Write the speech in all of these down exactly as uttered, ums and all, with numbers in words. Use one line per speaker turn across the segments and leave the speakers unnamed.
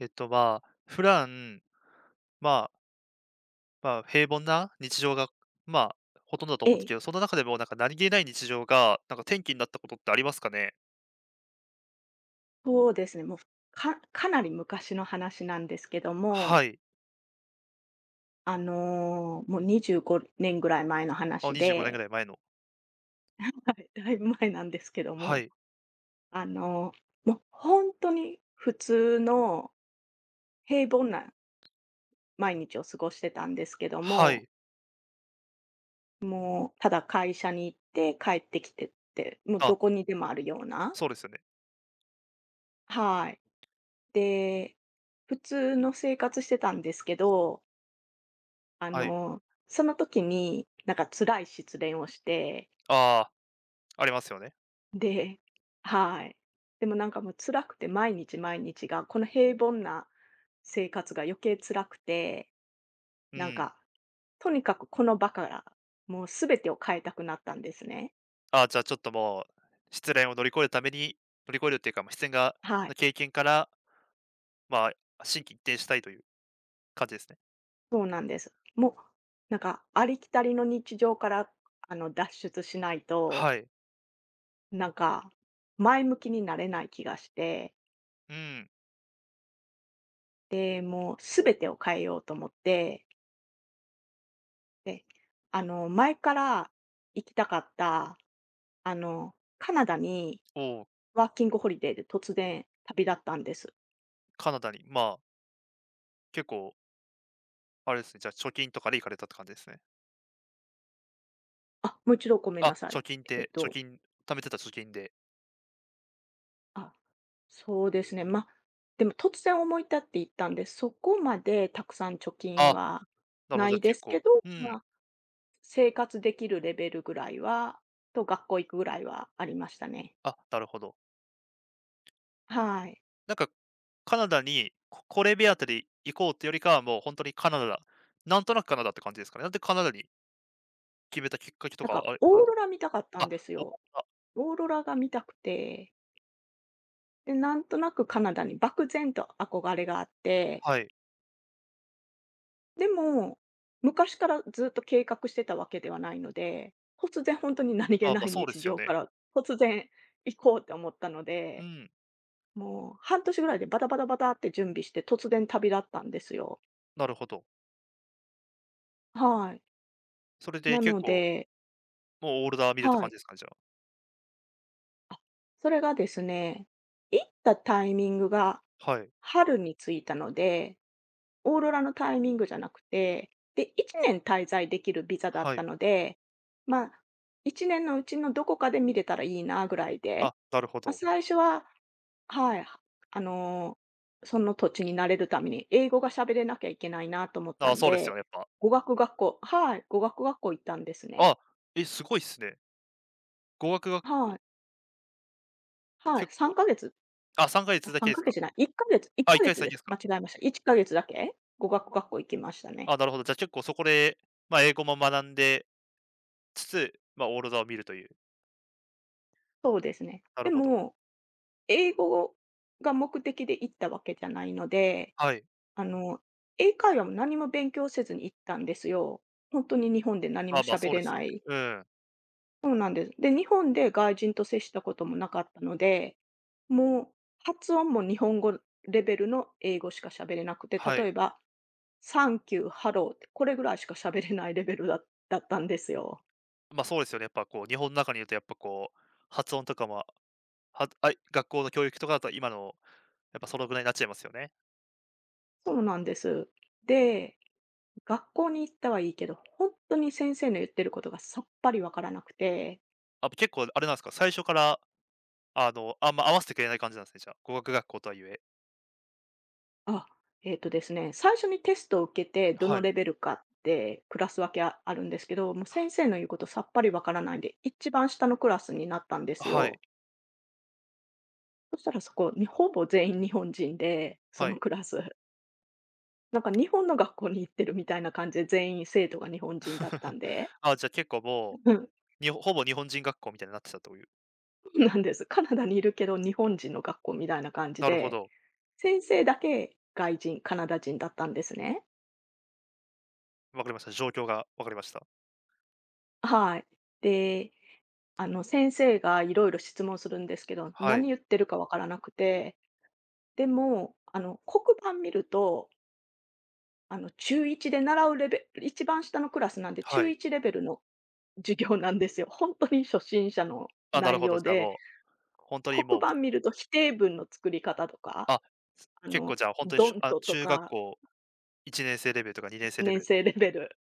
えっと、まあ、普段、まあ、まあ、平凡な日常が、まあ、ほとんどだと
え
思うんです
え、
けど、その中でもなんか何気ない日常が、なんか転機になったことってありますかね？
そうですね。もう、かかなり昔の話なんですけど
は
も、
い。
あの、もうにじゅうごねんぐらい前の
あ、
話
にじゅうごねんぐ
で、
らい前の。
はい、だいぶ前なんですけど
は
も、
い。
あの、もう本当に普通の平凡な毎日を過ごしてたんですけど
は
も、
い。
もうただ会社に行って帰ってきてって、もう
あ、
どこにでもあるような。
そうですよね。
はい。で、普通の生活してたんですけど、あ
はい。
の、その時に、なんか辛い失恋をして、
ああ、ありますよね。
で、はい。でもなんかもう辛くて毎日毎日が、この平凡な生活が余計辛くて、
う
なん
ん。
か、とにかくこの場から、もう全てを変えたくなったんですね。
あ、じゃあちょっともう、失恋を乗り越えるために乗り越えるっていうか、まあ、失恋が
は
の
い、
経験から、まあ、心機一転したいという感じですね。
そうなんです。もう、なんかありきたりの日常から、あの、脱出しないと、
はい。
なんか、前向きになれない気がして、
うん。
で、もう全てを変えようと思って、で、あの、前から行きたかった、あの、カナダに
おー。
ワーキングホリデーで突然旅立ったんです。
カナダに、まあ、結構あれですね、じゃあ貯金とかで行かれたって感じですね。
あ、もう一度ごめん
あ、
なさ
貯
い。
金っ
えっ
て貯
と、
金貯めてた貯金で。
あ、そうですね。ま、でも突然思い立って行ったんで、そこまでたくさん貯金
あ、
は
なるほど、
な
じゃあ
いで
結
す
構。
けど、
うん、
まあ、生活できるレベルぐらいはと学校行くぐらいはありましたね。
あ、なるほど。
はい。
なんか、カナダに、ここれ目当てで行こうってよりかは、もう本当にカナダ、なんとなくカナダって感じですかね。なんでカナダに決めたきっかけと
なん
か、
か
あれ、あ。
オーロラ見たかった
あ、
んです
お
よ。
あ、
オーロラが見たくて、で、なんとなくカナダに漠然と憧れがあって、
はい。
でも、昔からずっと計画してたわけではないので、突然本当に何気
あ、
な
ま、
い
そうで
日
すよ
常か
ね。
ら、突然行こうって思ったの
う
で、
ん、
もう半年ぐらいでバタバタバタって準備して、突然旅立ったんですよ。
なるほど。
はい。
それで
な
結
の
構、
で、
もうオールダー見てた
は
感じ
い。
ですかね、じゃあ。
あ、それがですね、行ったタイミングが
はい、
春に着いたので、オーロラのタイミングじゃなくて、で、いちねん滞在できるビザだっ
は
た
い。
ので、まあ、いちねんのうちのどこかで見れたらいいなぐらいで、
あ、なるほ
まあ、
ど。
最初は、はい、あの、その土地に慣れるために英語が喋れなきゃいけないなと思っ
あ
た
あ、
ん
そうですよ
で、
ね、やっぱ。
語学学校、はい、語学学校行ったんですね。
あ、え、すごいっすね。語学学
は
校、
い、はい、
結
3
構。
か月、
あ、3ヶ
あ、
月だけ
3
ですか。
か月じゃない、いっかげつ、1
あ、1
か
ヶ月
月
だ
で
けで
す。
すか。
間違えました。いっかげつだけ語学学校行きましたね。
あ、なるほど。じゃあ結構そこで、まあ、英語も学んでつつ、まあ、オーロラを見るという。
そうですね。
なる
で
ほど。
も英語が目的で行ったわけじゃないので、
はい。
あの、英会話も何も勉強せずに行ったんですよ。本当に日本で何
あ、
も
ま、あ
喋
そうで
れ
すよ
な
ね。
い。
うん。
そうなんです。で、日本で外人と接したこともなかったので、もう発音も日本語レベルの英語しか喋れなくて、
は
例
い。
えばサンキュー、ハローってこれぐらいしか喋れないレベルだだったんですよ。
ま、あそうですよね。やっぱこう日本の中にいるとやっぱこう、発音とかも、はあい学校の教育とかだと今のやっぱそのぐらいになっちゃいますよね。
そうなんです。で、学校に行ったはいいけど、本当に先生の言ってることがさっぱりわからなくて、
あ、結構あれなんですか、最初からあの、あんま合わせてくれない感じなんですね、じゃあ。語学学校とはいえ。
あ、えっとですね、最初にテストを受けてど
は
の
い。
レベルかってクラス分けああるんですけど、もう
は
先生の言うことさっぱりわからないんで、一番下のクラスになったんです
は
よ。
い、
そしたらそこ、にほぼ全員日本人で、そ
は
の
い。
クラス。なんか日本の学校に行ってるみたいな感じで、全員生徒が日本人だった んで、
あ、じゃあ結構も
うん。
う、にほぼ日本人学校みたいになってたという。
そうなんです。カナダにいるけど、日本人の学校みたいな感じ
なるほ
で、
ど。
先生だけ外人、カナダ人だったんですね。
わかりました。状況がわかりました。
はい。で、あの、先生がいろいろ質問するんですけど、
はい、
何言ってるかわからなくて、でも、あの、黒板見ると、あの、中いちで習うレベル一番下のクラスなんで、
は
中
い。
いちレベルの授業なんですよ。本当に初心者の
あ、なる
内
ほど、
容
じゃあ、
で、
もう、本当に
黒
もう、
板見ると否定文の作り方とか、
あ、す
あ
結構
の、
じゃあ、本当に、し
ド
ゅ
ン
あ、
トと
中学
か、
校いちねん生レベルとかにねん生
一
レベ
年
ルの、
生レベル。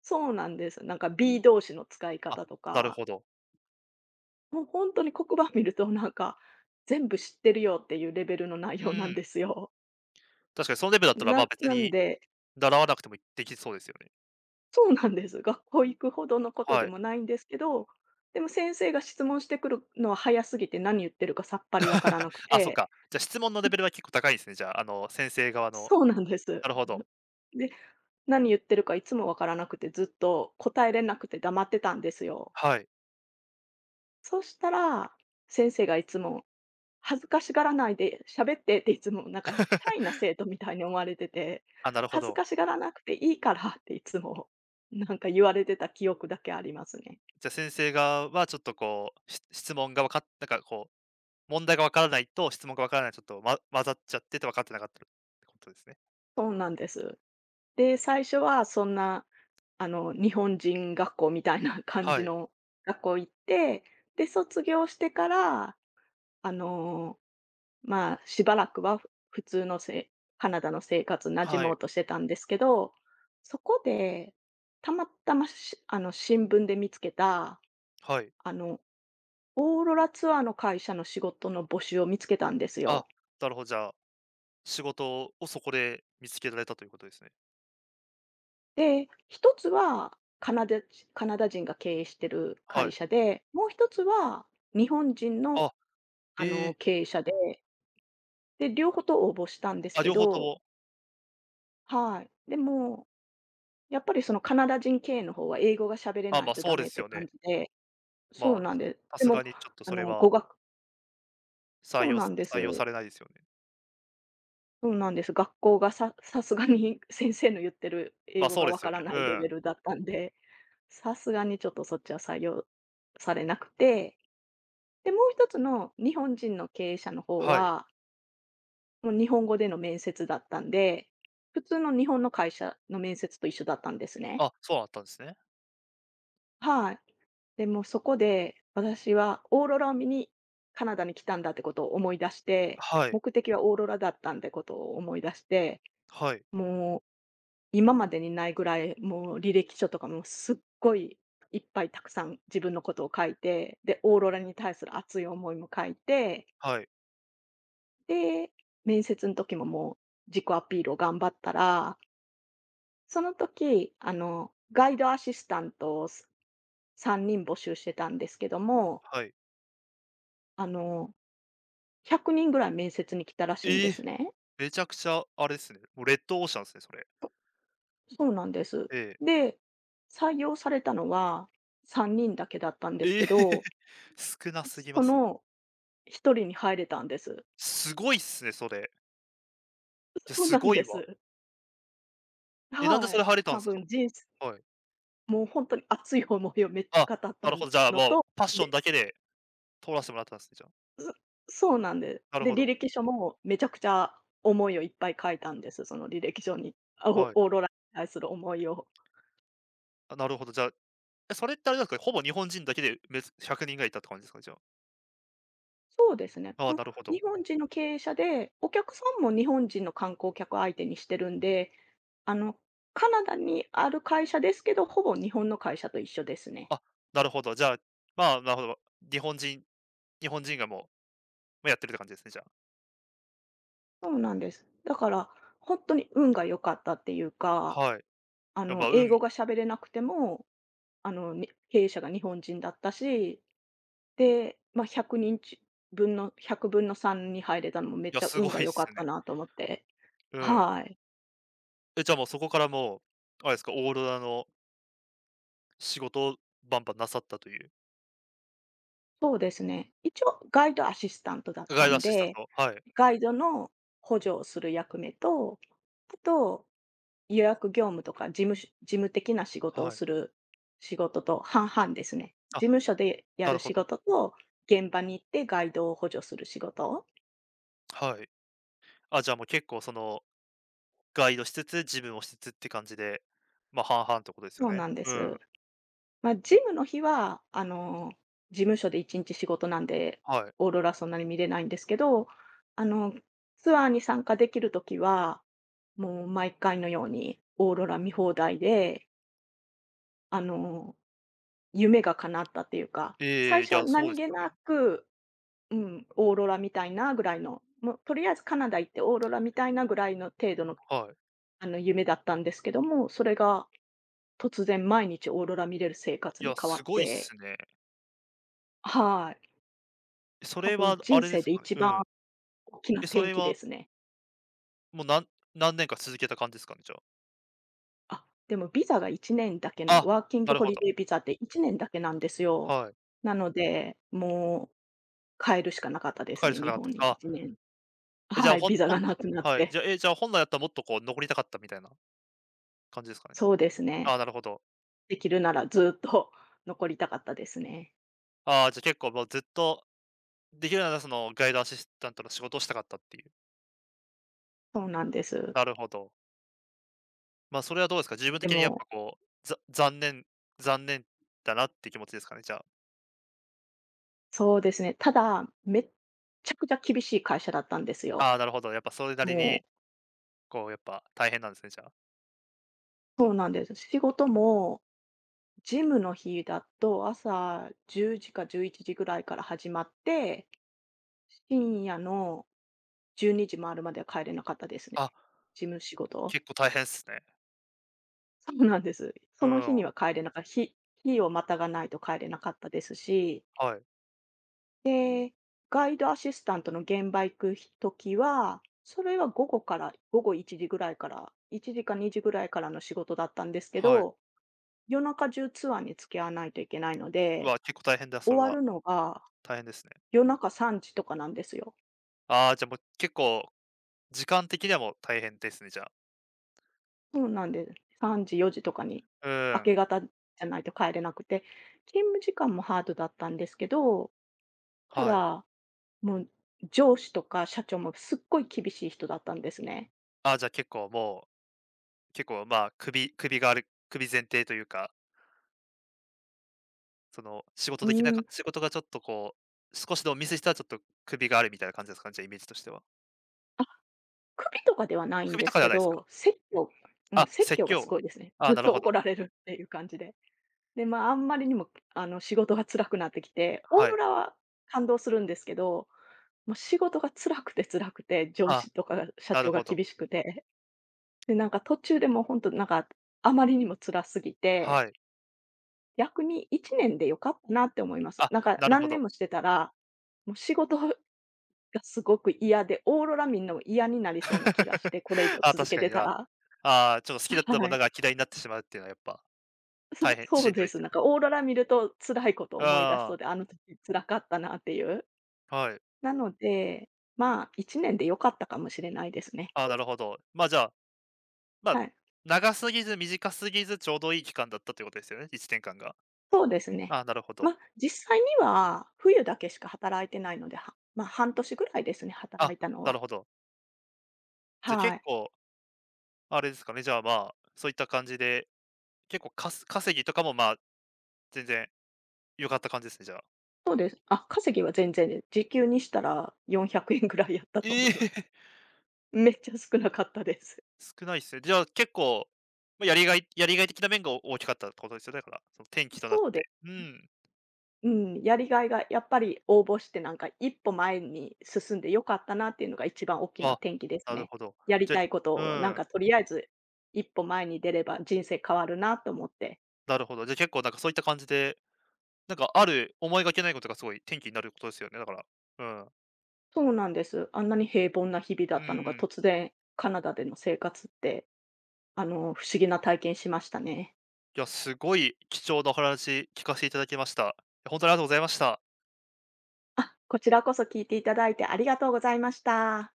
そうなんです。なんか b 動詞の使い
あ、
方と
なる
か、
ほど。
もう本当に黒板見るとなんか、全部知ってるよっていうレベルの内
う
容なん
ん、
ですよ。
確かにそのレベルだったら、ま、
な
別
なん
に
で
習わなくてもできそうですよね。
そうなんです。学校行くほどのこと
は
で
い。
もないんですけど、でも先生が質問してくるのは早すぎて、何言ってるかさっぱりわからなく
あ、そっ
て、
か。じゃ、質問のレベルは結構高いですね、じゃあ、あの、先生側の。
そうなんです。
なるほど。
で、何言ってるかいつもわからなくて、ずっと答えれなくて黙ってたんですよ。
はい。
そしたら、先生がいつも恥ずかしがらないで喋ってって、いつもなんかシャイな生徒みたいに思われてて、
あ、なるほ
恥ず
ど。
かしがらなくていいからって、いつも なんか言われてた記憶だけありますね。
じゃ、先生側はちょっとこう、し質問がわかっなんかこう、問題が分からないと質問が分からない、ちょっと、ま混ざっちゃってて分かってなかったってことですね。
そうなんです。で、最初はそんな、あの、日本人学校みたいな感
は
じ
い、
の学校行って、で、卒業してから、あのまあ、しばらくはふ普通のせいカナダの生活馴染
は
も
い、
うとしてたんですけど、そこで、たまたま、しあの、新聞で見つけた、
はい。
あの、オーロラツアーの会社の仕事の募集を見つけたんです
あ、
よ。
なるほど、じゃあ、仕事をそこで見つけられたということですね。
で、ひとつはカナダじカナダ人が経営してる
は
会
い。
社で、もう一つは日本人の、
あ、
あ
え
の、
え、
経営者で、で、両方と応募したんです
あ、
け
両方と
ど、
も、
はい。でもやっぱりそのカナダ人経営の方は英語が喋れ
あ、
な
ま、
い
あ
と
そ
ダ
うで
メっ
す
て
よ
感
ね。
じで、そう
まあ、
なんで、
さ
で
すが
も
にちょっと
あ
それ
の
は
語学
採
そう
用
なんで
採用さ
す。
れないですよね。
そうなんです。学校がささすがに 先生の言ってる
ま、
英
あ
語
そう
が
で
わ
すよ
か
ね。
らな
う
いレ
ん。
ベルだったんで、さすがにちょっとそっちは採用されなくて、で、もう一つの日本人の経営者の方
はい。
は、もう日本語での面接だったんで、普通の日本の会社の面接と一緒だったんですね。
あ、そうだったんですね。
はい。でもそこで、私はオーロラを見にカナダに来たんだってことを思い出して、
はい、
目的はオーロラだったんってことを思い出して、
はい、
もう今までにないぐらい、もう履歴書とかもすっごいいっぱいたくさん自分のことを書いて、で、オーロラに対する熱い思いも書いて、
はい、
で、面接の時ももう自己アピールを頑張ったら、その時、あの、ガイドアシスタントをさんにん募集してたんですけども、
はい。
あの、ひゃくにんぐらい面接に来たらしいん
え
で
え、
すね。
めちゃくちゃあれですね、もうレッドオーシャンですね、それ。
そうなんです。
ええ。
で、採用されたのはさんにんだけだったんです
ええ
けど、
少なすぎま
そ
すね。
のひとりに入れたんです。
すごいっすね、それ。じゃ、
そう
す
なん
ごい
で
わ。
す。
え、なんで
は
それ
い。
入れたんで
多
すか？
分人生、
はい。
もう本当に熱い思いをめっち
あ、
ゃ語った
なるほど、じゃあ、
の
もう
と、
パッション
で、
だけで通らせてもらってたんですね、じゃあ。
そうなんで、
な
す
る
で、
ほ
履
ど。
歴書もめちゃくちゃ思いをいっぱい書いたんです、その履歴書に。あ、
は
オ
い。
オーロラに対する思いを。
あ、なるほど、じゃあ、え、それってあれなんですか、ほぼ日本人だけで、めつひゃくにんぐらいいたって感じですか？じゃあ。
そうですね。
ああ、
も
なるほ
う
ど。
日本人の経営者で、お客さんも日本人の観光客相手にしてるんで、あの、カナダにある会社ですけど、ほぼ日本の会社と一緒ですね。
あ、なるほど、じゃあ、まあ、なるほど、日本人日本人がもう、ま、やってるって感じですね、じゃ
そうなんです。だから、本当に運が良かったっていう
あ。
か、
はい。
あ
や、
の、
ま、
英
運
語
い
が喋れなくても、あの、に経営者が日本人だったし、で、まあ、ひゃくにんち分のいちぶんのさんに入れたのもめっ
や、
ちゃ
すご
運が
いっ
良か
す
った
ね。
なと思って。
うん。
はい。
え、じゃあ、もうそこからもう、あれですか、オーロラの仕事をバンバンなさったという、
そうですね。一応ガイドアシスタントだっ
ガ
た
イドア
ん
シスタン
で、
ト。はい、
ガイドの補助をする役目と、あと予約業務とか事務し事務的な仕事を
はい。
する仕事と半々ですね。
あ、
事務所でや
なる
る
ほ
仕
ど。
事と、現場に行ってガイドを補助する仕事、
はい。あ、じゃあ、もう結構そのガイドしつつ、自分をしつつって感じで、ま、あ半々ってことですよ
そう
ね。
なんで
うん。
す。まあ、ジムの日は、あの、事務所でいちにち仕事なんで、
はい。
オーロラそんなに見れないんですけど、あの、ツアーに参加できる時は、もう毎回のようにオーロラ見放題で、あの、夢が叶ったっていうか、最
ええ、い
初は
や、そう
何
です
気
よね。
なく、うん、オーロラみたいなぐらいの、もうとりあえずカナダ行ってオーロラみたいなぐらいの程度の、
はい。
あの、夢だったんですけども、それが突然毎日オーロラ見れる生活
い
に
や、
変わ
す
っ
ごいっ
て。
すね。
はい。
そ
多
れは
分
あ
人
れで
生
す
で
かね。
一
う
番
ん。
大きな
え、そ
転
れ
機
は
ですね。
もうなん何年か続けた感じですかね？じゃあ。
あ、でもビザがいちねんだけの、
あ、
ワーキン
な
グ
る
ホ
ほ
リ
ど。
デービザっていちねんだけなんですよ。
はい。
なので、もう帰るしかなかったで
帰
す
るし
ね、
かな
日
かっ
本に
た。あ、
いちねん。
え、じゃあ、
はい、
ほん
ビザ
ほ
が
ん
なくなっ
はい。じ
て。
ゃあ、え、じゃあ本来だったらもっとこう残りたかったみたいな感じですかね？
そうですね。
あ、なるほど。
できるならずっと残りたかったですね。
ああ、じゃ、結構もうずっとできるならそのガイドアシスタントの仕事をしたかったっていう。
そうなんです。
なるほど。ま、あそれはどうですか？自分
で
的にやっ
も、
ぱこう、ざ残念残念だなって気持ちですかね、じゃあ。
そうですね、ただ、めっちゃくちゃ厳しい会社だったんですよ。
ああ、なるほど、やっぱそれなりに、
もう、
こうやっぱ大変なんですね、じゃあ。
そうなんです。仕事もジムの日だと朝じゅうじかじゅういちじぐらいから始まって、深夜のじゅうにじ回るまでは帰れなかったです
あ、
ね。事務仕事。
結構大変っすね。
そうなんです。
う
その日
ん、
には帰れなかった日日をまたがないと帰れなかったですし、
はい、
で、ガイドアシスタントの現場行く時は、それは午後から午後いちじぐらいから、いちじかにじぐらいからの仕事だったんですけ
はい。
ど、夜中中ツアーに付き合わないといけないの
う
で、
わ、結構大変だ、それ
終わ
は。
るのが
大変ですね。
夜中さんじとかなんですよ。
ああ、じゃあもう結構、時間的にはもう大変ですね、じゃあ。
そうん、なんで、さんじ、よじとかに、
う
明
ん、
け方じゃないと帰れなくて、勤務時間もハードだったんですけど、た
はい。
だ、もう上司とか社長もすっごい厳しい人だったんですね。
ああ、じゃあ結構もう、結構まあ、首首がある首前提というか、その仕事
うー
できなか
ん、
った仕事がちょっとこう、少しでもミスしたらちょっと首があるみたいな感じですかね、じゃあイメージとしては。
あ、首とかではないん
首
で
と
す
かでは
け
ないですか？
ど、説教。うん、
あ、
説
説
教がす
教。
ごいですね。
あ、
ずっ
なる
と
ほ
怒
ど。
られるっていう感じで。で、まあ、あんまりにも、あの、仕事が辛くなってきて、オー
は
ロ
い。
ラは感動するんですけど、もう仕事が辛くて辛くて、上
あ、
司とかが社
なる
長が
ほど。
厳しくて、で、なんか途中でもうほんとなんか、あまりにも辛すぎ
は
て、
い。
逆にいちねんで良かったなって思います。
あ、
なんか
なるほ
何年
ど。
もしてたら、もう仕事がすごく嫌で、オーロラ見んのも嫌になりそうな気がし て、これ以上
あ、
続
確
け
かに
てた
な。
ら。
ああ、ちょっと好きだっ たも
は
の
い。
が嫌いになってしまうっていうのはやっぱ、
そ
大
う
変
そ
し
う
んど
で
いです
す。
よ
なん
ね。
かオーロラ見ると辛いことを思い出し
あ
そうで、あの時辛かったなっていう。
あ、はい。
なので、まあいちねんで良かったかもしれないですね。
ああ、なるほど。ま、あじゃあ、ま、あ
はい。
長すぎず短すぎずちょうどいい期間だったということですよね、いちねんかんが。
そうですね。
ああ、なるほど。
まあ、実際には冬だけしか働いてないので、はまあ、半年ぐらいですね、働
あ、
いたの
なる
は。
ほど。じゃ、あ
は
結
い。
構あれですかね、じゃあ、まあ、そういった感じで、結構かす稼ぎとかも、まあ、全然良かった感じですね、じゃあ。
そうです。あ、稼ぎは全然で時給にしたらよんひゃくえんぐらいやったと
え
思います。
え！
めっちゃ少なかったです。
少ないっすね。じゃあ結構、まあ、やりがいやりがい的な面が大きかったってことですよね、だから。その転機となっ
そうで、
て。うん。
うん、やりがいがやっぱり応募してなんか一歩前に進んで良かったなっていうのが一番大きな
あ、
転機です
なる
ね。
ほど。
やり
じゃ
たいことをな
あ
ん
うん、
かとりあえず一歩前に出れば人生変わるなと思って。
なるほど。じゃあ結構なんかそういった感じで、なんかある思いがけないことがすごい転機になることですよね、だから。うん。
そうなんです。あんなに平凡な日々だ
う
った
ー
のが、
ん。
突然カナダでの生活って、あの、不思議な体験しましたね。
いや、すごい貴重なお話聞かせていただきました。本当にありがとうございました。
あ、こちらこそ聞いていただいてありがとうございました。